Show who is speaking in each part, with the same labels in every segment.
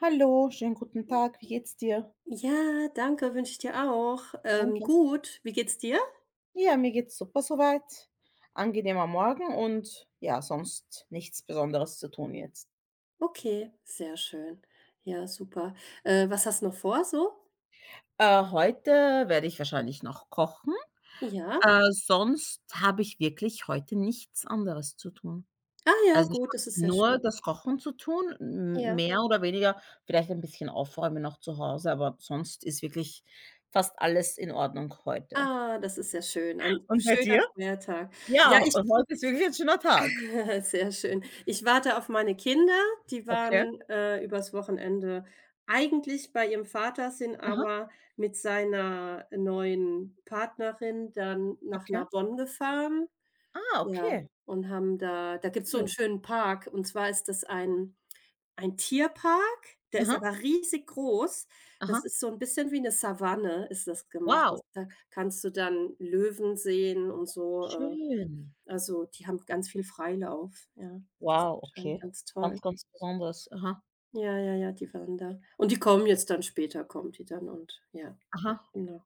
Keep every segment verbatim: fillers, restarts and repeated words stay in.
Speaker 1: Hallo, schönen guten Tag. Wie geht's dir?
Speaker 2: Ja, danke, wünsche ich dir auch. Ähm,
Speaker 1: Danke.
Speaker 2: gut, wie geht's dir?
Speaker 1: Ja, mir geht's super soweit. Angenehmer Morgen und ja, sonst nichts Besonderes zu tun jetzt.
Speaker 2: Okay, sehr schön. Ja, super. Äh, was hast du noch vor so?
Speaker 1: Äh, heute werde ich wahrscheinlich noch kochen.
Speaker 2: Ja?
Speaker 1: Äh, sonst habe ich wirklich heute nichts anderes zu tun.
Speaker 2: Ah ja,
Speaker 1: Also, ich
Speaker 2: gut,
Speaker 1: habe
Speaker 2: das ist sehr
Speaker 1: nur
Speaker 2: schön.
Speaker 1: das Kochen zu tun, m
Speaker 2: Ja.
Speaker 1: mehr oder weniger, vielleicht ein bisschen aufräumen noch zu Hause, aber sonst ist wirklich fast alles in Ordnung heute.
Speaker 2: Ah, das ist sehr schön. Ein
Speaker 1: Und bei
Speaker 2: schöner
Speaker 1: dir?
Speaker 2: Feiertag. Ja,
Speaker 1: Ja,
Speaker 2: ich
Speaker 1: heute ist wirklich ein schöner Tag.
Speaker 2: sehr schön. Ich warte auf meine Kinder, die
Speaker 1: Okay.
Speaker 2: waren, äh, übers Wochenende eigentlich bei ihrem Vater, sind
Speaker 1: Aha,
Speaker 2: aber mit seiner neuen Partnerin dann nach
Speaker 1: okay.
Speaker 2: Narbonne gefahren.
Speaker 1: Ah,
Speaker 2: Ja,
Speaker 1: okay.
Speaker 2: und haben da. Da gibt's so einen
Speaker 1: Schön.
Speaker 2: schönen Park, und zwar ist das ein ein Tierpark, der ist
Speaker 1: Aha,
Speaker 2: aber riesig groß.
Speaker 1: aha.
Speaker 2: Das ist so ein bisschen wie eine Savanne ist das gemacht. Das
Speaker 1: Wow,
Speaker 2: da kannst du dann Löwen sehen und so, äh,
Speaker 1: schön.
Speaker 2: also, die haben ganz viel Freilauf, ja. Das ist
Speaker 1: Wow,
Speaker 2: anscheinend
Speaker 1: okay.
Speaker 2: ganz
Speaker 1: Ganz,
Speaker 2: toll.
Speaker 1: ganz besonders. Aha,
Speaker 2: Ja, ja, ja, die waren da. Und die kommen jetzt, dann später kommt die dann und ja,
Speaker 1: aha,
Speaker 2: genau.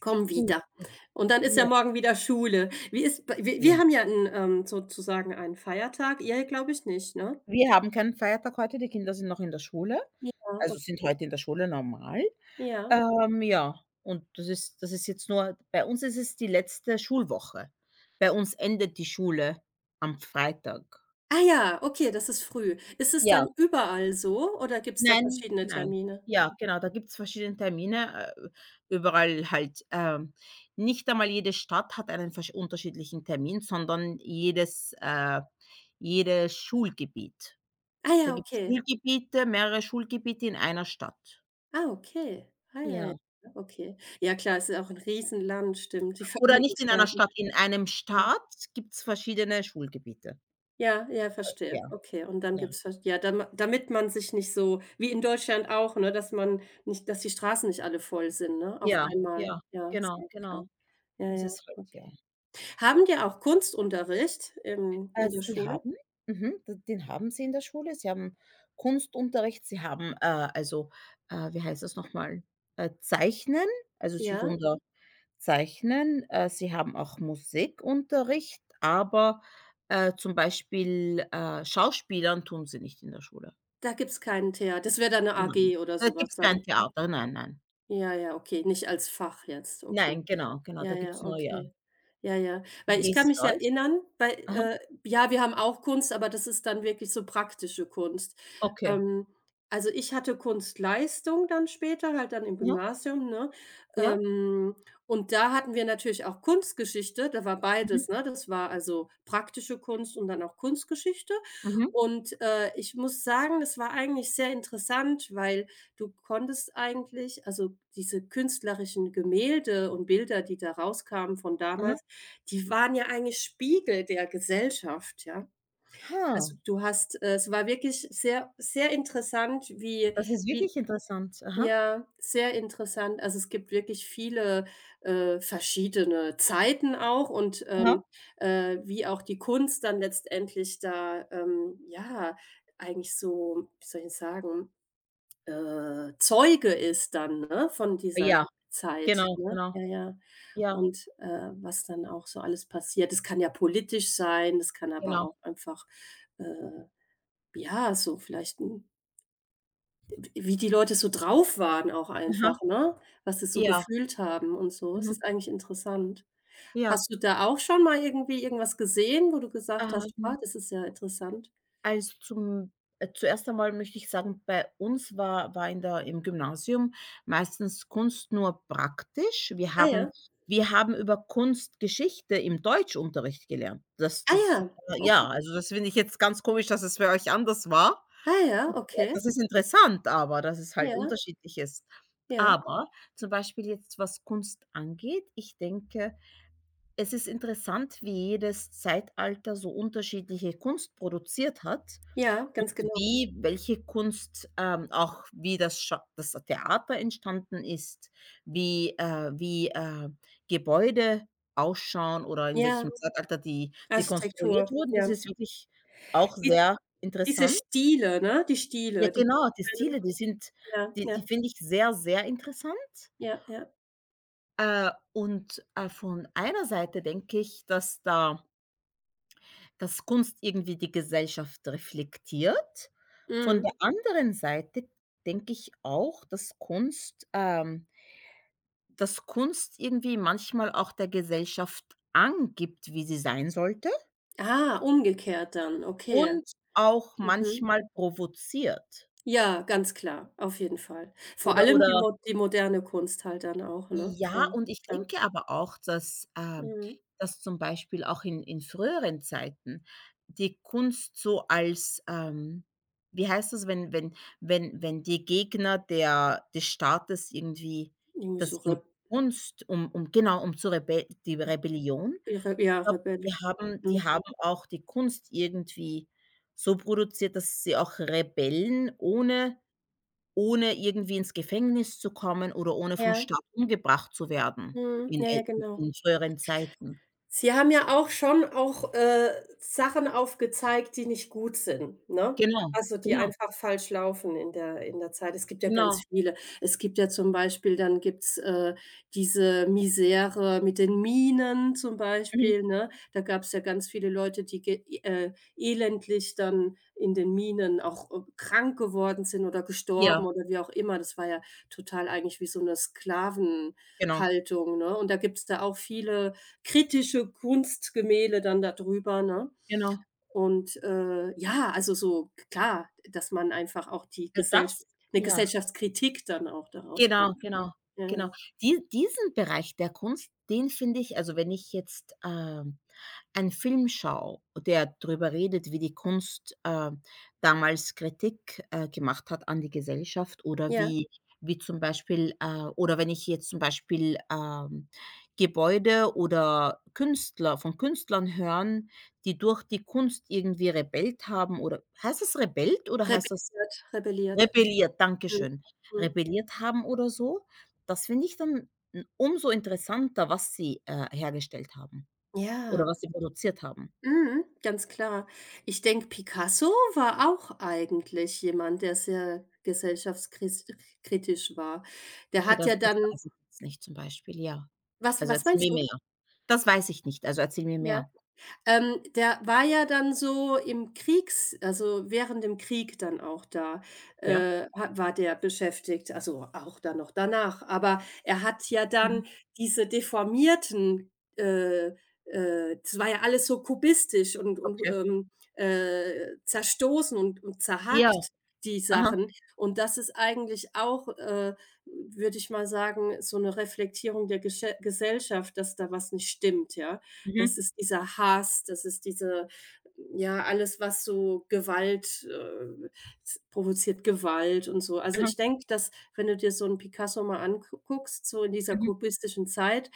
Speaker 2: Komm
Speaker 1: gut.
Speaker 2: wieder. Und dann ist ja
Speaker 1: Ja,
Speaker 2: morgen wieder Schule. Wie ist bei, wir wir
Speaker 1: ja.
Speaker 2: haben ja 'n, ähm, sozusagen einen Feiertag, ihr glaube ich nicht, ne?
Speaker 1: Wir haben keinen Feiertag heute, die Kinder sind noch in der Schule,
Speaker 2: Ja, o
Speaker 1: also sind heute in der Schule normal.
Speaker 2: ja.
Speaker 1: Ähm, ja, und das ist das ist jetzt nur bei uns ist es die letzte Schulwoche. Bei uns endet die Schule am Freitag.
Speaker 2: Ah ja, okay, das ist früh. Ist es dann
Speaker 1: Ja.
Speaker 2: überall so oder gibt es da
Speaker 1: Nein,
Speaker 2: verschiedene
Speaker 1: nein.
Speaker 2: Termine?
Speaker 1: Ja, genau, da gibt's verschiedene Termine, äh, überall halt. Ähm, nicht einmal jede Stadt hat einen versch unterschiedlichen Termin, sondern jedes äh, jedes Schulgebiet.
Speaker 2: Ah
Speaker 1: Da
Speaker 2: ja,
Speaker 1: gibt's
Speaker 2: okay.
Speaker 1: Schulgebiete, mehrere Schulgebiete in einer Stadt.
Speaker 2: Ah, okay. Ah ja, ja,
Speaker 1: Ja.
Speaker 2: okay. Ja klar, es ist ja auch 'n Riesenland, stimmt, die
Speaker 1: Oder
Speaker 2: Vereinigten
Speaker 1: nicht in einer
Speaker 2: Staaten.
Speaker 1: Stadt, in einem
Speaker 2: Ja.
Speaker 1: Staat gibt's verschiedene Schulgebiete.
Speaker 2: Ja, ja,
Speaker 1: Ja,
Speaker 2: verstehe. Okay, und dann
Speaker 1: ja,
Speaker 2: gibt's vers ja, dam damit man sich nicht so wie in Deutschland auch, ne, dass man nicht, dass die Straßen nicht alle voll sind, ne, auf
Speaker 1: ja,
Speaker 2: einmal.
Speaker 1: ja,
Speaker 2: Ja,
Speaker 1: genau,
Speaker 2: ist auch klar.
Speaker 1: genau.
Speaker 2: Ja,
Speaker 1: Das
Speaker 2: ja,
Speaker 1: ist halt ja.
Speaker 2: okay. Haben die auch Kunstunterricht im
Speaker 1: Äh,
Speaker 2: in der
Speaker 1: sie
Speaker 2: Schule?
Speaker 1: haben mhm, d den haben sie in der Schule. Sie haben Kunstunterricht, sie haben, äh, also, äh, wie heißt das nochmal, Äh, Zeichnen, also, sie
Speaker 2: Ja?
Speaker 1: tun da Zeichnen, äh, sie haben auch Musikunterricht, aber, äh, zum Beispiel, äh, Schauspielern tun sie nicht in der Schule.
Speaker 2: Da gibt's keinen Theater, das wäre dann 'ne
Speaker 1: Nein.
Speaker 2: A G oder
Speaker 1: Da
Speaker 2: sowas
Speaker 1: gibt's kein
Speaker 2: dann, ne?
Speaker 1: Theater, nein, nein.
Speaker 2: Ja, ja, okay, nicht als Fach jetzt, okay.
Speaker 1: Nein, genau, genau,
Speaker 2: Ja,
Speaker 1: da
Speaker 2: ja,
Speaker 1: gibt's nur ja.
Speaker 2: okay. Ja, ja. Weil
Speaker 1: Wie
Speaker 2: ich
Speaker 1: ist
Speaker 2: kann
Speaker 1: es
Speaker 2: mich
Speaker 1: bei euch?
Speaker 2: erinnern, weil,
Speaker 1: Aha,
Speaker 2: äh ja, wir haben auch Kunst, aber das ist dann wirklich so praktische Kunst.
Speaker 1: okay.
Speaker 2: Ähm, also, ich hatte Kunstleistung dann später, halt dann im
Speaker 1: Ja.
Speaker 2: Gymnasium, ne?
Speaker 1: Ja,
Speaker 2: Ähm, und da hatten wir natürlich auch Kunstgeschichte, da war
Speaker 1: mhm,
Speaker 2: beides, ne? Das war also praktische Kunst und dann auch Kunstgeschichte.
Speaker 1: mhm,
Speaker 2: Und, äh, ich muss sagen, das war eigentlich sehr interessant, weil du konntest eigentlich, also, diese künstlerischen Gemälde und Bilder, die da rauskamen von
Speaker 1: aha.
Speaker 2: damals, die waren ja eigentlich Spiegel der Gesellschaft, ja.
Speaker 1: Ha,
Speaker 2: Also, du hast äh, es war wirklich sehr sehr interessant, wie
Speaker 1: das ist
Speaker 2: wie
Speaker 1: wirklich interessant. Aha.
Speaker 2: Ja, sehr interessant. Also, es gibt wirklich viele, äh, verschiedene Zeiten auch, und,
Speaker 1: Aha.
Speaker 2: ähm, äh, wie auch die Kunst dann letztendlich da, ähm, ja, eigentlich so, wie soll ich sagen äh, Zeuge ist dann, ne, von dieser
Speaker 1: Ja,
Speaker 2: Zeit,
Speaker 1: genau,
Speaker 2: ne?
Speaker 1: genau.
Speaker 2: Ja, ja.
Speaker 1: Ja,
Speaker 2: Und, äh, was dann auch so alles passiert. Es kann ja politisch sein, es kann aber
Speaker 1: genau.
Speaker 2: auch einfach, äh, ja, so vielleicht 'n wie die Leute so drauf waren auch
Speaker 1: Aha.
Speaker 2: einfach, ne? Was sie so
Speaker 1: Ja,
Speaker 2: gefühlt haben und so. Es
Speaker 1: mhm.
Speaker 2: ist eigentlich interessant.
Speaker 1: Ja.
Speaker 2: Hast du da auch schon mal irgendwie irgendwas gesehen, wo du gesagt hast: „Ah,
Speaker 1: Ähm,
Speaker 2: das ist ja interessant?"
Speaker 1: also zum äh, zuerst einmal möchte ich sagen, bei uns war war in der im Gymnasium meistens Kunst nur praktisch. Wir
Speaker 2: Ah
Speaker 1: haben
Speaker 2: ja.
Speaker 1: wir haben über Kunstgeschichte im Deutschunterricht gelernt. Das
Speaker 2: Ah
Speaker 1: das
Speaker 2: ja,
Speaker 1: ja,
Speaker 2: okay.
Speaker 1: also das finde ich jetzt ganz komisch, dass es bei euch anders war.
Speaker 2: Ah ja,
Speaker 1: Äh,
Speaker 2: okay.
Speaker 1: das ist interessant, aber dass es
Speaker 2: Ja,
Speaker 1: halt unterschiedlich ist.
Speaker 2: ja.
Speaker 1: Aber zum Beispiel jetzt, was Kunst angeht, ich denke, es ist interessant, wie jedes Zeitalter so unterschiedliche Kunst produziert hat
Speaker 2: Ja,
Speaker 1: und
Speaker 2: ganz genau.
Speaker 1: wie welche Kunst, ähm, auch wie das Scha das Theater entstanden ist, wie, äh wie, äh, Gebäude ausschauen oder in
Speaker 2: Ja,
Speaker 1: welchem Zeitalter die die konstruiert
Speaker 2: Architektur,
Speaker 1: wurden. Das
Speaker 2: ja.
Speaker 1: ist wirklich auch
Speaker 2: Die
Speaker 1: sehr
Speaker 2: diese
Speaker 1: interessant.
Speaker 2: Stile, ne? Die
Speaker 1: Ja,
Speaker 2: Stile, die
Speaker 1: genau, die Stile, die sind
Speaker 2: ja,
Speaker 1: die die
Speaker 2: ja,
Speaker 1: finde ich sehr, sehr interessant.
Speaker 2: ja, ja.
Speaker 1: Äh, und, äh, von einer Seite denke ich, dass da dass Kunst irgendwie die Gesellschaft reflektiert. Von
Speaker 2: Mhm.
Speaker 1: der anderen Seite denke ich auch, dass Kunst ähm, dass Kunst irgendwie manchmal auch der Gesellschaft angibt, wie sie sein sollte
Speaker 2: Ah, umgekehrt dann, okay.
Speaker 1: und auch
Speaker 2: Mhm.
Speaker 1: manchmal provoziert
Speaker 2: Ja, ganz klar, auf jeden Fall. Vor
Speaker 1: oder
Speaker 2: allem die
Speaker 1: oder
Speaker 2: mo die moderne Kunst halt dann auch, ne?
Speaker 1: ja,
Speaker 2: Ja,
Speaker 1: und ich
Speaker 2: klar.
Speaker 1: denke aber auch, dass, ähm
Speaker 2: Mhm.
Speaker 1: dass zum Beispiel auch in in früheren Zeiten die Kunst so als, ähm wie heißt das, wenn wenn wenn wenn die Gegner der des Staates irgendwie
Speaker 2: Irgendwie
Speaker 1: das
Speaker 2: so
Speaker 1: in
Speaker 2: Reb
Speaker 1: Kunst um um genau, um zu Rebe die Rebellion.
Speaker 2: Re ja,
Speaker 1: Ich glaube,
Speaker 2: Rebell.
Speaker 1: die haben die
Speaker 2: Mhm.
Speaker 1: haben auch die Kunst irgendwie so produziert, dass sie auch Rebellen ohne ohne irgendwie ins Gefängnis zu kommen oder ohne vom
Speaker 2: Ja,
Speaker 1: Staat umgebracht zu werden
Speaker 2: mhm.
Speaker 1: in
Speaker 2: Ja,
Speaker 1: äl
Speaker 2: ja, genau.
Speaker 1: in früheren Zeiten.
Speaker 2: Sie haben ja auch schon auch, äh, Sachen aufgezeigt, die nicht gut sind, ne?
Speaker 1: Genau,
Speaker 2: Also, die
Speaker 1: genau,
Speaker 2: einfach falsch laufen in der in der Zeit. Es gibt ja
Speaker 1: genau.
Speaker 2: ganz viele. Es gibt ja zum Beispiel, dann gibt's, äh, diese Misere mit den Minen zum
Speaker 1: Mhm.
Speaker 2: Beispiel, ne? Da gab's ja ganz viele Leute, die ge äh, elendlich dann in den Minen auch, äh, krank geworden sind oder gestorben
Speaker 1: Ja,
Speaker 2: oder wie auch immer. Das war ja total eigentlich wie so 'ne
Speaker 1: genau,
Speaker 2: Sklavenhaltung, ne? Und da gibt's da auch viele kritische Kunstgemälde dann da drüber, ne?
Speaker 1: genau.
Speaker 2: Und, äh, ja, also so klar, dass man einfach auch die
Speaker 1: Ja,
Speaker 2: Gesellschaft,
Speaker 1: das
Speaker 2: eine
Speaker 1: ja.
Speaker 2: Gesellschaftskritik dann auch daraus
Speaker 1: Genau,
Speaker 2: kommt,
Speaker 1: genau,
Speaker 2: ne? Ja,
Speaker 1: genau.
Speaker 2: ja.
Speaker 1: Die diesen Bereich der Kunst, den finde ich also, wenn ich jetzt, ähm, einen Film schaue, der darüber redet, wie die Kunst, äh, damals Kritik, äh, gemacht hat an die Gesellschaft oder
Speaker 2: Ja,
Speaker 1: wie wie zum Beispiel äh, oder wenn ich jetzt zum Beispiel, ähm, Gebäude oder Künstler von Künstlern hören, die durch die Kunst irgendwie rebellt haben oder heißt es rebellt oder heißt das
Speaker 2: rebelliert, rebelliert.
Speaker 1: rebelliert, danke
Speaker 2: Mhm.
Speaker 1: schön.
Speaker 2: Mhm.
Speaker 1: Rebelliert haben oder so. Das finde ich dann n umso interessanter, was sie, äh, hergestellt haben oder
Speaker 2: Ja.
Speaker 1: was sie produziert haben.
Speaker 2: Mhm. Ganz klar. Ich denke, Picasso war auch eigentlich jemand, der sehr gesellschaftskritisch war. Der
Speaker 1: Okay,
Speaker 2: hat
Speaker 1: das
Speaker 2: ja
Speaker 1: das
Speaker 2: dann.
Speaker 1: weiß ich jetzt nicht zum Beispiel, ja.
Speaker 2: Was
Speaker 1: Also,
Speaker 2: was
Speaker 1: erzähl
Speaker 2: meinst
Speaker 1: mir
Speaker 2: du?
Speaker 1: mehr. Das weiß ich nicht, also, erzähl mir
Speaker 2: Ja.
Speaker 1: mehr.
Speaker 2: Ähm, der war ja dann so im Kriegs also, während dem Krieg dann auch da,
Speaker 1: Ja.
Speaker 2: äh, ha war der beschäftigt, also, auch dann noch danach. Aber er hat ja
Speaker 1: Mhm,
Speaker 2: dann diese deformierten, äh, äh das war ja alles so kubistisch und und,
Speaker 1: okay.
Speaker 2: ähm, äh, zerstoßen und und
Speaker 1: Ja,
Speaker 2: zerhackt, die
Speaker 1: aha,
Speaker 2: Sachen. Und das ist eigentlich auch, äh, würde ich mal sagen, so eine Reflektierung der Gesche Gesellschaft, dass da was nicht stimmt, ja?
Speaker 1: mhm,
Speaker 2: Das ist dieser Hass, das ist diese, ja, alles, was so Gewalt, äh z provoziert Gewalt und so. Also,
Speaker 1: aha,
Speaker 2: ich denke, dass wenn du dir so einen Picasso mal anguckst, so in dieser
Speaker 1: mhm,
Speaker 2: kubistischen Zeit,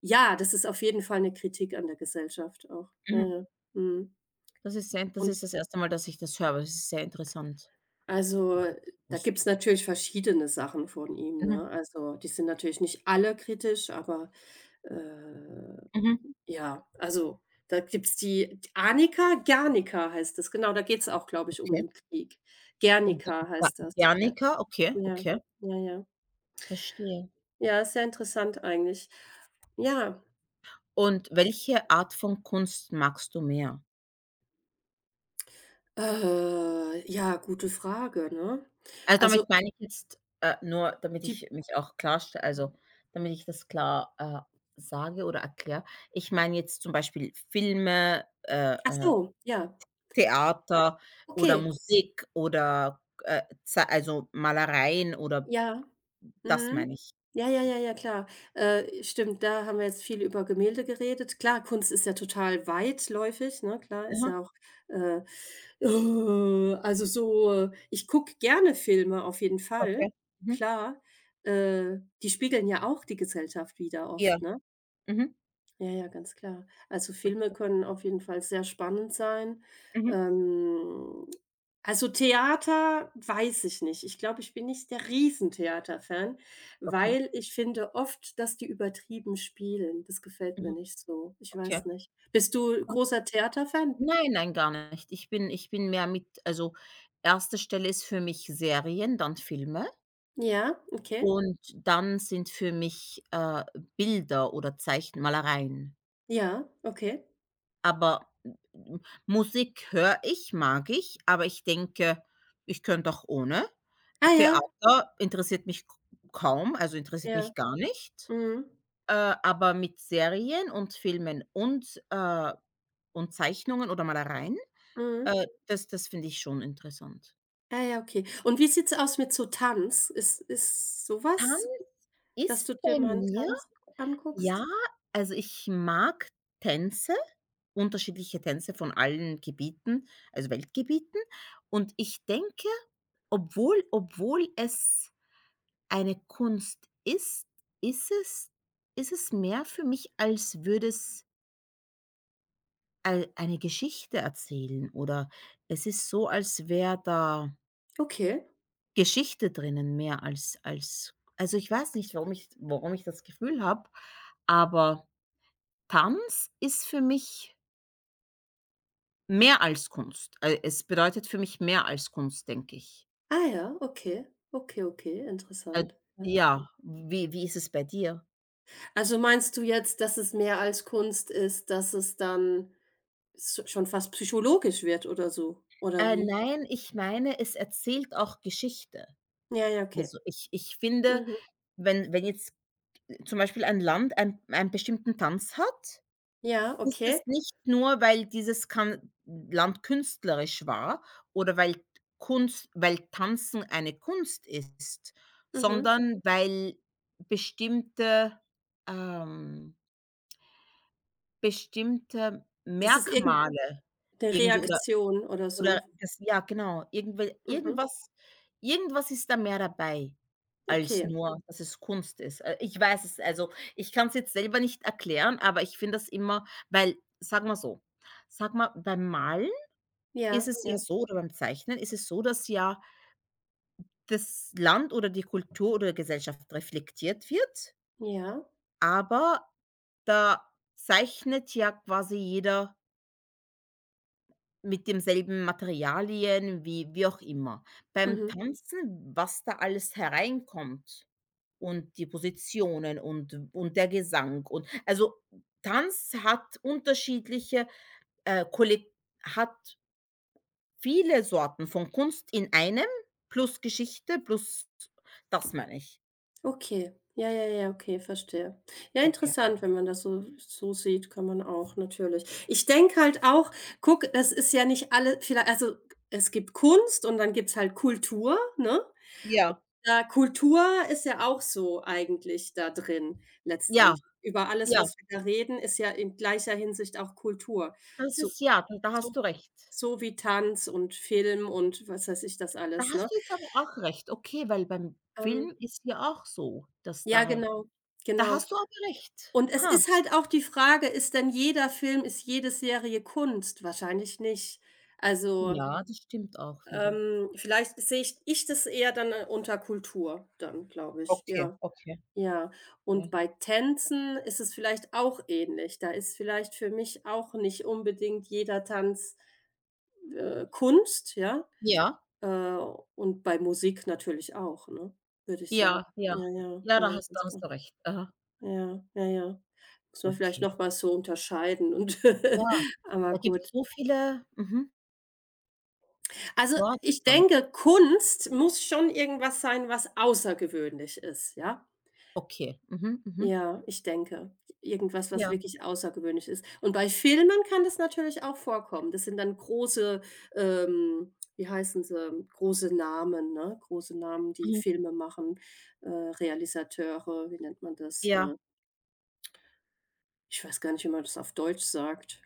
Speaker 2: ja, das ist auf jeden Fall eine Kritik an der Gesellschaft auch. Ja,
Speaker 1: mhm.
Speaker 2: ja. Mhm.
Speaker 1: Das ist sehr das
Speaker 2: Und
Speaker 1: ist das erste Mal, dass ich das höre, aber das ist sehr interessant.
Speaker 2: also,
Speaker 1: Habe ich
Speaker 2: äh,
Speaker 1: nicht
Speaker 2: da
Speaker 1: gewusst.
Speaker 2: gibt's natürlich verschiedene Sachen von ihm,
Speaker 1: Mhm,
Speaker 2: ne? Also, die sind natürlich nicht alle kritisch, aber, äh
Speaker 1: mhm.
Speaker 2: ja, also, da gibt's die d Arnika, Gernika heißt das, genau, da geht's auch, glaube ich, um
Speaker 1: Okay.
Speaker 2: den Krieg.
Speaker 1: G
Speaker 2: Gernika
Speaker 1: Ga
Speaker 2: heißt das, Ger
Speaker 1: Gernika, okay,
Speaker 2: ja,
Speaker 1: okay.
Speaker 2: ja, ja.
Speaker 1: Verstehe.
Speaker 2: Ja, ist sehr interessant eigentlich. Ja,
Speaker 1: Und welche Art von Kunst magst du mehr?
Speaker 2: äh, ja, gute Frage, ne?
Speaker 1: Also,
Speaker 2: Also,
Speaker 1: damit meine ich jetzt, äh, nur damit
Speaker 2: die
Speaker 1: ich mich auch klarstelle, also, damit ich das klar, äh, sage oder erkläre. Ich meine jetzt zum Beispiel Filme, äh,
Speaker 2: ach
Speaker 1: äh,
Speaker 2: so, ja,
Speaker 1: Theater oder
Speaker 2: okay,
Speaker 1: Musik oder, äh, Ze also, Malereien oder
Speaker 2: ja.
Speaker 1: das
Speaker 2: Mhm.
Speaker 1: meine ich.
Speaker 2: Ja, ja, ja, ja, klar. Äh, stimmt, da haben wir jetzt viel über Gemälde geredet. Klar, Kunst ist ja total weitläufig, ne? Klar, ist
Speaker 1: Mhm,
Speaker 2: ja auch, äh, äh, also so, äh, ich gucke gerne Filme auf jeden
Speaker 1: okay.
Speaker 2: Fall,
Speaker 1: Mhm.
Speaker 2: klar. Äh, die spiegeln ja auch die Gesellschaft wieder
Speaker 1: Ja.
Speaker 2: oft, ne?
Speaker 1: Mhm.
Speaker 2: Ja, ja, ganz klar. Also Filme
Speaker 1: Okay.
Speaker 2: können auf jeden Fall sehr spannend sein.
Speaker 1: Mhm.
Speaker 2: Ähm, also Theater weiß ich nicht. Ich glaube, ich bin nicht der Riesentheaterfan,
Speaker 1: Okay.
Speaker 2: weil ich finde oft, dass die übertrieben spielen. Das gefällt mir
Speaker 1: Mhm.
Speaker 2: nicht so. Ich
Speaker 1: Okay.
Speaker 2: weiß nicht. Bist du großer Theaterfan?
Speaker 1: Nein, nein, gar nicht. Ich bin ich bin mehr mit also, erste Stelle ist für mich Serien, dann Filme
Speaker 2: Ja, okay.
Speaker 1: und dann sind für mich, äh, Bilder oder Zeichen.
Speaker 2: Ja, okay.
Speaker 1: Aber m Musik höre ich, mag ich, aber ich denke, ich könnte auch ohne.
Speaker 2: Ah ja,
Speaker 1: Theater interessiert mich k kaum, also interessiert
Speaker 2: ja.
Speaker 1: mich gar nicht.
Speaker 2: Mhm.
Speaker 1: Äh, aber mit Serien und Filmen und, äh und Zeichnungen oder Malereien,
Speaker 2: Mhm.
Speaker 1: äh, das das finde ich schon interessant.
Speaker 2: Ah ja, okay. Und wie sieht's aus mit so Tanz? Ist, ist
Speaker 1: Dann
Speaker 2: sowas? Dass
Speaker 1: ist
Speaker 2: du dir
Speaker 1: bei
Speaker 2: mal 'n
Speaker 1: mir
Speaker 2: Tanz
Speaker 1: ja,
Speaker 2: anguckst?
Speaker 1: also ich mag Tänze, unterschiedliche Tänze von allen Gebieten, also Weltgebieten. Und ich denke, obwohl obwohl es eine Kunst ist, ist es ist es mehr für mich, als würde es ei eine Geschichte erzählen oder es ist so, als wäre da
Speaker 2: Okay.
Speaker 1: Geschichte drinnen mehr als als also ich weiß nicht, warum ich warum ich das Gefühl habe, aber Tanz ist für mich mehr als Kunst. Äh, es bedeutet für mich mehr als Kunst, denke ich.
Speaker 2: Ah ja, okay. Okay, okay,
Speaker 1: Äh,
Speaker 2: interessant. Ja.
Speaker 1: ja, wie wie ist es bei dir?
Speaker 2: Also, meinst du jetzt, dass es mehr als Kunst ist, dass es dann s schon fast psychologisch wird oder so, oder
Speaker 1: Äh,
Speaker 2: wie?
Speaker 1: nein, ich meine, es erzählt auch Geschichte.
Speaker 2: Ja, ja, okay.
Speaker 1: Also, ich ich finde,
Speaker 2: Mhm.
Speaker 1: wenn wenn jetzt zum Beispiel ein Land ein einen bestimmten Tanz hat,
Speaker 2: Ja,
Speaker 1: ist es
Speaker 2: okay.
Speaker 1: nicht nur, weil dieses kan Land künstlerisch war oder weil Kunst weil Tanzen eine Kunst ist,
Speaker 2: Mhm.
Speaker 1: sondern weil bestimmte ähm, bestimmte
Speaker 2: Das ist irgend
Speaker 1: Merkmale
Speaker 2: 'ne
Speaker 1: irgendwie oder
Speaker 2: Reaktion oder
Speaker 1: oder
Speaker 2: so.
Speaker 1: das ja, genau. Irgendwel
Speaker 2: Mhm.
Speaker 1: Irgendwas irgendwas ist da mehr dabei als
Speaker 2: Okay.
Speaker 1: nur, dass es Kunst ist. Äh, ich weiß es also, ich kann's jetzt selber nicht erklären, aber ich finde das immer weil sagen wir so, sage mal, beim Malen ist
Speaker 2: Ja,
Speaker 1: es ja
Speaker 2: ja,
Speaker 1: so oder beim Zeichnen ist es so, dass ja das Land oder die Kultur oder Gesellschaft reflektiert wird,
Speaker 2: ja.
Speaker 1: aber da zeichnet ja quasi jeder mit demselben Materialien wie wie auch immer. Beim
Speaker 2: Mhm.
Speaker 1: Tanzen, was da alles hereinkommt und die Positionen und und der Gesang und also, Tanz hat unterschiedliche, äh, Kolle hat viele Sorten von Kunst in einem plus Geschichte plus das meine ich.
Speaker 2: Okay. Ja, ja, ja, okay, verstehe. Ja,
Speaker 1: Okay.
Speaker 2: interessant, wenn man das so so sieht, kann man auch natürlich. Ich denke halt auch, guck, das ist ja nicht alle. Vielleicht, also, es gibt Kunst und dann gibt's halt Kultur, ne?
Speaker 1: Ja,
Speaker 2: Da Kultur ist ja auch so eigentlich da drin
Speaker 1: ja,
Speaker 2: letztendlich. Über alles,
Speaker 1: ja,
Speaker 2: was wir da reden, ist ja in gleicher Hinsicht auch Kultur.
Speaker 1: das
Speaker 2: So
Speaker 1: ist ja, da da
Speaker 2: so
Speaker 1: hast du recht.
Speaker 2: so wie Tanz und Film und was weiß ich das
Speaker 1: Da
Speaker 2: alles, ne?
Speaker 1: hast du jetzt aber auch recht, okay, weil beim
Speaker 2: Ähm,
Speaker 1: Film ist ja auch so, dass
Speaker 2: ja,
Speaker 1: da
Speaker 2: genau,
Speaker 1: da
Speaker 2: genau.
Speaker 1: hast du aber recht.
Speaker 2: Und es
Speaker 1: Ha,
Speaker 2: ist halt auch die Frage, ist denn jeder Film, ist jede Serie Kunst? Wahrscheinlich nicht. Also,
Speaker 1: ja, das stimmt auch wieder.
Speaker 2: ähm, vielleicht sehe ich ich das eher dann, äh, unter Kultur dann, glaube ich,
Speaker 1: Okay,
Speaker 2: ja.
Speaker 1: okay,
Speaker 2: Ja,
Speaker 1: ja.
Speaker 2: und bei Tänzen ist es vielleicht auch ähnlich. Da ist vielleicht für mich auch nicht unbedingt jeder Tanz, äh, Kunst, ja,
Speaker 1: Ja,
Speaker 2: äh, und bei Musik natürlich auch, ne, würde ich sagen.
Speaker 1: ja, ja.
Speaker 2: Ja, ja,
Speaker 1: Ja,
Speaker 2: ja,
Speaker 1: da hast da
Speaker 2: ganz
Speaker 1: hast
Speaker 2: klar.
Speaker 1: du recht. Aha,
Speaker 2: Ja, ja, ja. Muss man vielleicht
Speaker 1: okay.
Speaker 2: noch mal so unterscheiden und
Speaker 1: Ja,
Speaker 2: aber
Speaker 1: da gibt's
Speaker 2: gut.
Speaker 1: so viele mhm,
Speaker 2: Also,
Speaker 1: Sorten
Speaker 2: ich
Speaker 1: dann.
Speaker 2: denke, Kunst muss schon irgendwas sein, was außergewöhnlich ist, ja?
Speaker 1: Okay. Mhm, mhm.
Speaker 2: Ja, ich denke, irgendwas, was
Speaker 1: Ja,
Speaker 2: wirklich außergewöhnlich ist. Und bei Filmen kann das natürlich auch vorkommen. Das sind dann große, ähm, wie heißen sie, große Namen, ne? Große Namen, die
Speaker 1: mhm,
Speaker 2: Filme machen, äh, Realisateure, wie nennt man das?
Speaker 1: ja.
Speaker 2: Äh, ich weiß gar nicht, wie man das auf Deutsch sagt.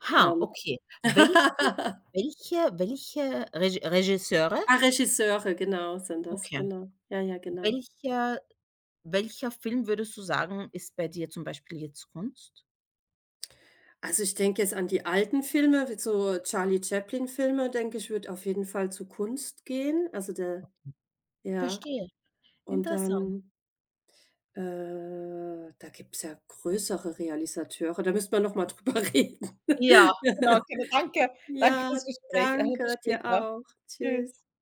Speaker 1: Ha,
Speaker 2: Ähm
Speaker 1: okay. Welche welche Welche Reg Regisseure
Speaker 2: Ah, Regisseure, genau, sind das,
Speaker 1: okay,
Speaker 2: genau. Ja, ja, genau.
Speaker 1: welcher welcher Film würdest du sagen, ist bei dir zum Beispiel jetzt Kunst?
Speaker 2: Also, ich denke jetzt an die alten Filme, wie so Charlie Chaplin-Filme, denke ich, wird auf jeden Fall zu Kunst gehen. Also, der ja,
Speaker 1: Verstehe,
Speaker 2: und
Speaker 1: interessant.
Speaker 2: dann, äh, da gibt's ja größere Realisateure, da müsste man noch mal drüber reden.
Speaker 1: Ja, genau. Okay, danke. Danke
Speaker 2: Ja,
Speaker 1: fürs Gespräch. Äh, Bis
Speaker 2: danke, dir
Speaker 1: später.
Speaker 2: auch.
Speaker 1: Tschüss.
Speaker 2: Tschüss.